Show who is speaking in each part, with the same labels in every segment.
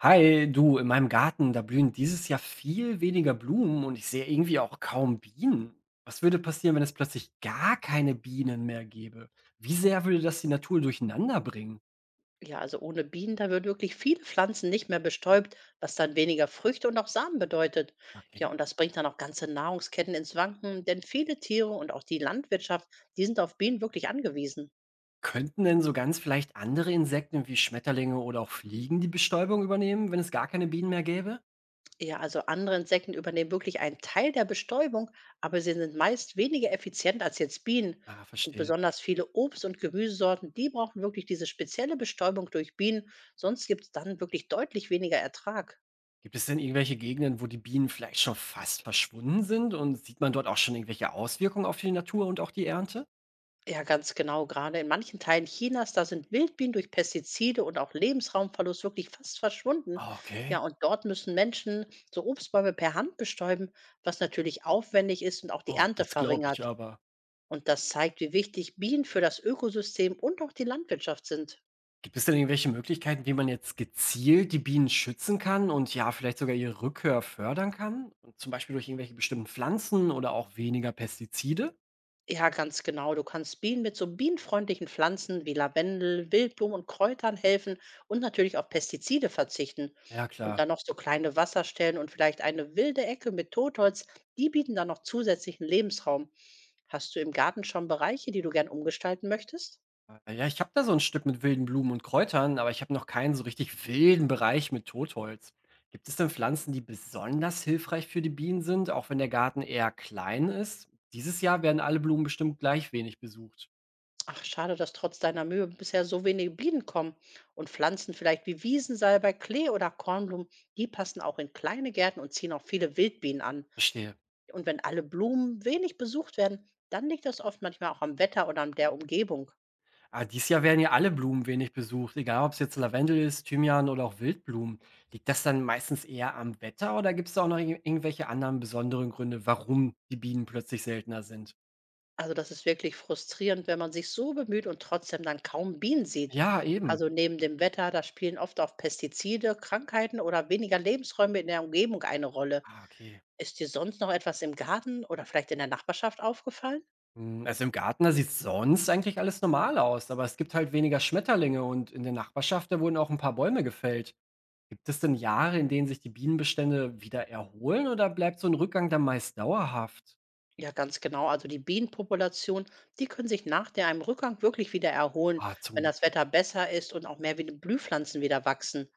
Speaker 1: Hi, du, in meinem Garten, da blühen dieses Jahr viel weniger Blumen und ich sehe irgendwie auch kaum Bienen. Was würde passieren, wenn es plötzlich gar keine Bienen mehr gäbe? Wie sehr würde das die Natur durcheinander bringen?
Speaker 2: Ja, also ohne Bienen, da würden wirklich viele Pflanzen nicht mehr bestäubt, was dann weniger Früchte und auch Samen bedeutet. Ja,
Speaker 1: Okay.
Speaker 2: und das bringt dann auch ganze Nahrungsketten ins Wanken, denn viele Tiere und auch die Landwirtschaft, die sind auf Bienen wirklich angewiesen.
Speaker 1: Könnten denn so ganz vielleicht andere Insekten wie Schmetterlinge oder auch Fliegen die Bestäubung übernehmen, wenn es gar keine Bienen mehr gäbe?
Speaker 2: Ja, also andere Insekten übernehmen wirklich einen Teil der Bestäubung, aber sie sind meist weniger effizient als jetzt Bienen.
Speaker 1: Ah,
Speaker 2: Und
Speaker 1: verstehe.
Speaker 2: besonders viele Obst- und Gemüsesorten, die brauchen wirklich diese spezielle Bestäubung durch Bienen, sonst gibt es dann wirklich deutlich weniger Ertrag.
Speaker 1: Gibt es denn irgendwelche Gegenden, wo die Bienen vielleicht schon fast verschwunden sind und sieht man dort auch schon irgendwelche Auswirkungen auf die Natur und auch die Ernte?
Speaker 2: Ja, ganz genau. Gerade in manchen Teilen Chinas, da sind Wildbienen durch Pestizide und auch Lebensraumverlust wirklich fast verschwunden.
Speaker 1: Ah,
Speaker 2: Ja,
Speaker 1: okay.
Speaker 2: und dort müssen Menschen so Obstbäume per Hand bestäuben, was natürlich aufwendig ist und auch die
Speaker 1: Oh,
Speaker 2: Ernte
Speaker 1: das glaube ich
Speaker 2: verringert.
Speaker 1: aber.
Speaker 2: Und das zeigt, wie wichtig Bienen für das Ökosystem und auch die Landwirtschaft sind.
Speaker 1: Gibt es denn irgendwelche Möglichkeiten, wie man jetzt gezielt die Bienen schützen kann und ja, vielleicht sogar ihre Rückkehr fördern kann? Und zum Beispiel durch irgendwelche bestimmten Pflanzen oder auch weniger Pestizide?
Speaker 2: Ja, ganz genau. Du kannst Bienen mit so bienenfreundlichen Pflanzen wie Lavendel, Wildblumen und Kräutern helfen und natürlich auf Pestizide verzichten.
Speaker 1: Ja,
Speaker 2: Und
Speaker 1: klar.
Speaker 2: dann noch so kleine Wasserstellen und vielleicht eine wilde Ecke mit Totholz, die bieten dann noch zusätzlichen Lebensraum. Hast du im Garten schon Bereiche, die du gern umgestalten möchtest?
Speaker 1: Ja, ich habe da so ein Stück mit wilden Blumen und Kräutern, aber ich habe noch keinen so richtig wilden Bereich mit Totholz. Gibt es denn Pflanzen, die besonders hilfreich für die Bienen sind, auch wenn der Garten eher klein ist? Dieses Jahr werden alle Blumen bestimmt gleich wenig besucht.
Speaker 2: Ach, schade, dass trotz deiner Mühe bisher so wenige Bienen kommen. Und Pflanzen vielleicht wie Wiesensalbei, Klee oder Kornblumen, die passen auch in kleine Gärten und ziehen auch viele Wildbienen an.
Speaker 1: Verstehe.
Speaker 2: Und wenn alle Blumen wenig besucht werden, dann liegt das oft manchmal auch am Wetter oder an der Umgebung.
Speaker 1: Ah, dieses Jahr werden ja alle Blumen wenig besucht, egal ob es jetzt Lavendel ist, Thymian oder auch Wildblumen. Liegt das dann meistens eher am Wetter oder gibt es da auch noch irgendwelche anderen besonderen Gründe, warum die Bienen plötzlich seltener sind?
Speaker 2: Also das ist wirklich frustrierend, wenn man sich so bemüht und trotzdem dann kaum Bienen sieht.
Speaker 1: Ja, eben.
Speaker 2: Also neben dem Wetter, da spielen oft auch Pestizide, Krankheiten oder weniger Lebensräume in der Umgebung eine Rolle.
Speaker 1: Ah, okay.
Speaker 2: Ist dir sonst noch etwas im Garten oder vielleicht in der Nachbarschaft aufgefallen?
Speaker 1: Hm, also im Garten, da sieht sonst eigentlich alles normal aus, aber es gibt halt weniger Schmetterlinge und in der Nachbarschaft, da wurden auch ein paar Bäume gefällt. Gibt es denn Jahre, in denen sich die Bienenbestände wieder erholen oder bleibt so ein Rückgang dann meist dauerhaft?
Speaker 2: Ja, ganz genau. Also die Bienenpopulation, die können sich nach der einem Rückgang wirklich wieder erholen,
Speaker 1: Ah, zum
Speaker 2: wenn
Speaker 1: Glück.
Speaker 2: das Wetter besser ist und auch mehr wie die Blühpflanzen wieder wachsen.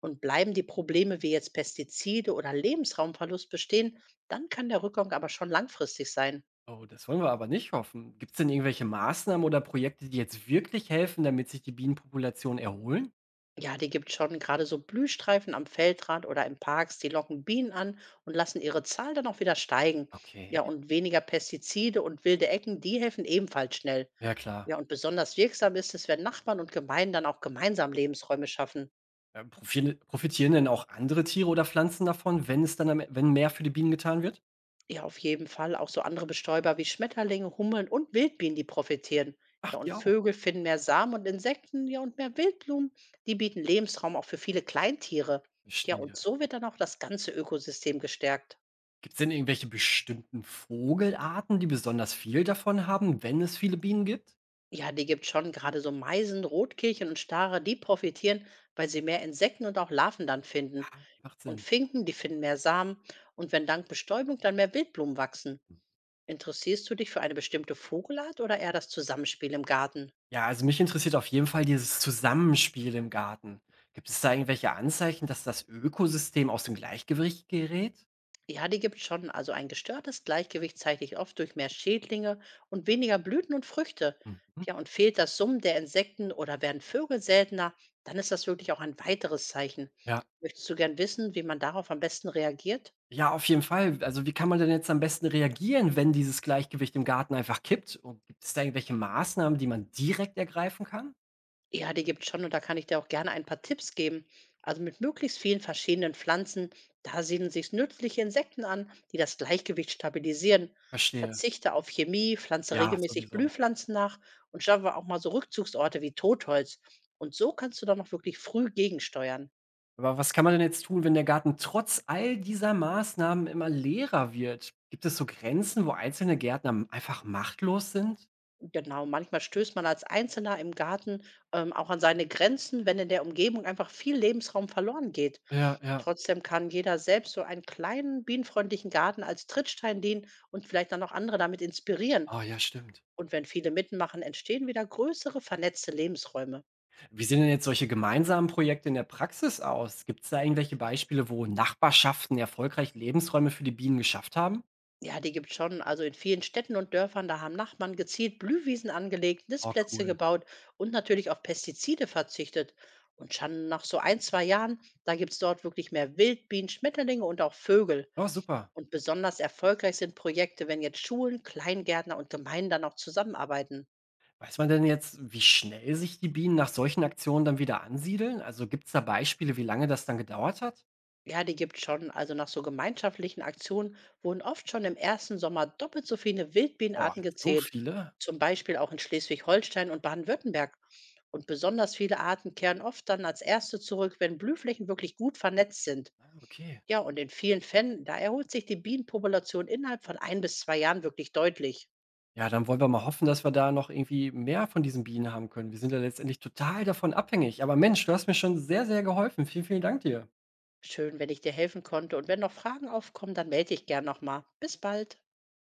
Speaker 2: Und bleiben die Probleme wie jetzt Pestizide oder Lebensraumverlust bestehen, dann kann der Rückgang aber schon langfristig sein.
Speaker 1: Oh, das wollen wir aber nicht hoffen. Gibt es denn irgendwelche Maßnahmen oder Projekte, die jetzt wirklich helfen, damit sich die Bienenpopulationen erholen?
Speaker 2: Ja, die gibt schon gerade so Blühstreifen am Feldrand oder in Parks, die locken Bienen an und lassen ihre Zahl dann auch wieder steigen.
Speaker 1: Okay,
Speaker 2: Ja, und weniger Pestizide und wilde Ecken, die helfen ebenfalls schnell.
Speaker 1: ja klar.
Speaker 2: Ja, und besonders wirksam ist es, wenn Nachbarn und Gemeinden dann auch gemeinsam Lebensräume schaffen.
Speaker 1: Ja, profitieren denn auch andere Tiere oder Pflanzen davon, wenn es dann wenn mehr für die Bienen getan wird?
Speaker 2: Ja, auf jeden Fall. Auch so andere Bestäuber wie Schmetterlinge, Hummeln und Wildbienen, die profitieren.
Speaker 1: Ach,
Speaker 2: Ja, und
Speaker 1: die auch.
Speaker 2: Vögel finden mehr Samen und Insekten, ja, und mehr Wildblumen. Die bieten Lebensraum auch für viele Kleintiere. Ja, und
Speaker 1: Verstehe.
Speaker 2: so wird dann auch das ganze Ökosystem gestärkt.
Speaker 1: Gibt es denn irgendwelche bestimmten Vogelarten, die besonders viel davon haben, wenn es viele Bienen gibt?
Speaker 2: Ja, die gibt schon gerade so Meisen, Rotkehlchen und Stare, die profitieren, weil sie mehr Insekten und auch Larven dann finden.
Speaker 1: Ah, macht
Speaker 2: Und
Speaker 1: Sinn.
Speaker 2: Finken, die finden mehr Samen. Und wenn dank Bestäubung dann mehr Wildblumen wachsen. Interessierst du dich für eine bestimmte Vogelart oder eher das Zusammenspiel im Garten?
Speaker 1: Ja, also mich interessiert auf jeden Fall dieses Zusammenspiel im Garten. Gibt es da irgendwelche Anzeichen, dass das Ökosystem aus dem Gleichgewicht gerät?
Speaker 2: Ja, die gibt's schon. Also ein gestörtes Gleichgewicht zeigt sich oft durch mehr Schädlinge und weniger Blüten und Früchte.
Speaker 1: Mhm.
Speaker 2: Ja, und fehlt das Summen der Insekten oder werden Vögel seltener, dann ist das wirklich auch ein weiteres Zeichen.
Speaker 1: Ja.
Speaker 2: Möchtest du gern wissen, wie man darauf am besten reagiert?
Speaker 1: Ja, auf jeden Fall. Also, wie kann man denn jetzt am besten reagieren, wenn dieses Gleichgewicht im Garten einfach kippt? Und gibt es da irgendwelche Maßnahmen, die man direkt ergreifen kann?
Speaker 2: Ja, die gibt's schon und da kann ich dir auch gerne ein paar Tipps geben. Also mit möglichst vielen verschiedenen Pflanzen, da siedeln sich nützliche Insekten an, die das Gleichgewicht stabilisieren.
Speaker 1: Verstehe.
Speaker 2: Verzichte auf Chemie, pflanze
Speaker 1: Ja,
Speaker 2: regelmäßig
Speaker 1: sowieso.
Speaker 2: Blühpflanzen nach und schaffe auch mal so Rückzugsorte wie Totholz. Und so kannst du dann auch wirklich früh gegensteuern.
Speaker 1: Aber was kann man denn jetzt tun, wenn der Garten trotz all dieser Maßnahmen immer leerer wird? Gibt es so Grenzen, wo einzelne Gärtner einfach machtlos sind?
Speaker 2: Genau, manchmal stößt man als Einzelner im Garten auch an seine Grenzen, wenn in der Umgebung einfach viel Lebensraum verloren geht.
Speaker 1: Ja, ja.
Speaker 2: Trotzdem kann jeder selbst so einen kleinen bienenfreundlichen Garten als Trittstein dienen und vielleicht dann auch andere damit inspirieren.
Speaker 1: Oh ja, stimmt.
Speaker 2: Und wenn viele mitmachen, entstehen wieder größere vernetzte Lebensräume.
Speaker 1: Wie sehen denn jetzt solche gemeinsamen Projekte in der Praxis aus? Gibt es da irgendwelche Beispiele, wo Nachbarschaften erfolgreich Lebensräume für die Bienen geschafft haben?
Speaker 2: Ja, die gibt es schon. Also in vielen Städten und Dörfern, da haben Nachbarn gezielt Blühwiesen angelegt,
Speaker 1: Oh,
Speaker 2: Nistplätze
Speaker 1: cool.
Speaker 2: gebaut und natürlich auf Pestizide verzichtet. Und schon nach so 1, 2 Jahren, da gibt es dort wirklich mehr Wildbienen, Schmetterlinge und auch Vögel.
Speaker 1: Oh, super.
Speaker 2: Und besonders erfolgreich sind Projekte, wenn jetzt Schulen, Kleingärtner und Gemeinden dann auch zusammenarbeiten.
Speaker 1: Weiß man denn jetzt, wie schnell sich die Bienen nach solchen Aktionen dann wieder ansiedeln? Also gibt's da Beispiele, wie lange das dann gedauert hat?
Speaker 2: Ja, die gibt's schon. Also nach so gemeinschaftlichen Aktionen wurden oft schon im ersten Sommer doppelt so viele
Speaker 1: Boah,
Speaker 2: Wildbienenarten
Speaker 1: so
Speaker 2: gezählt.
Speaker 1: viele?
Speaker 2: Zum Beispiel auch in Schleswig-Holstein und Baden-Württemberg. Und besonders viele Arten kehren oft dann als erste zurück, wenn Blühflächen wirklich gut vernetzt sind.
Speaker 1: Ah, okay.
Speaker 2: Ja, und in vielen Fällen, da erholt sich die Bienenpopulation innerhalb von 1 bis 2 Jahren wirklich deutlich.
Speaker 1: Ja, dann wollen wir mal hoffen, dass wir da noch irgendwie mehr von diesen Bienen haben können. Wir sind ja letztendlich total davon abhängig. Aber Mensch, du hast mir schon sehr, sehr geholfen. Vielen, vielen Dank dir.
Speaker 2: Schön, wenn ich dir helfen konnte. Und wenn noch Fragen aufkommen, dann melde ich gern nochmal. Bis bald.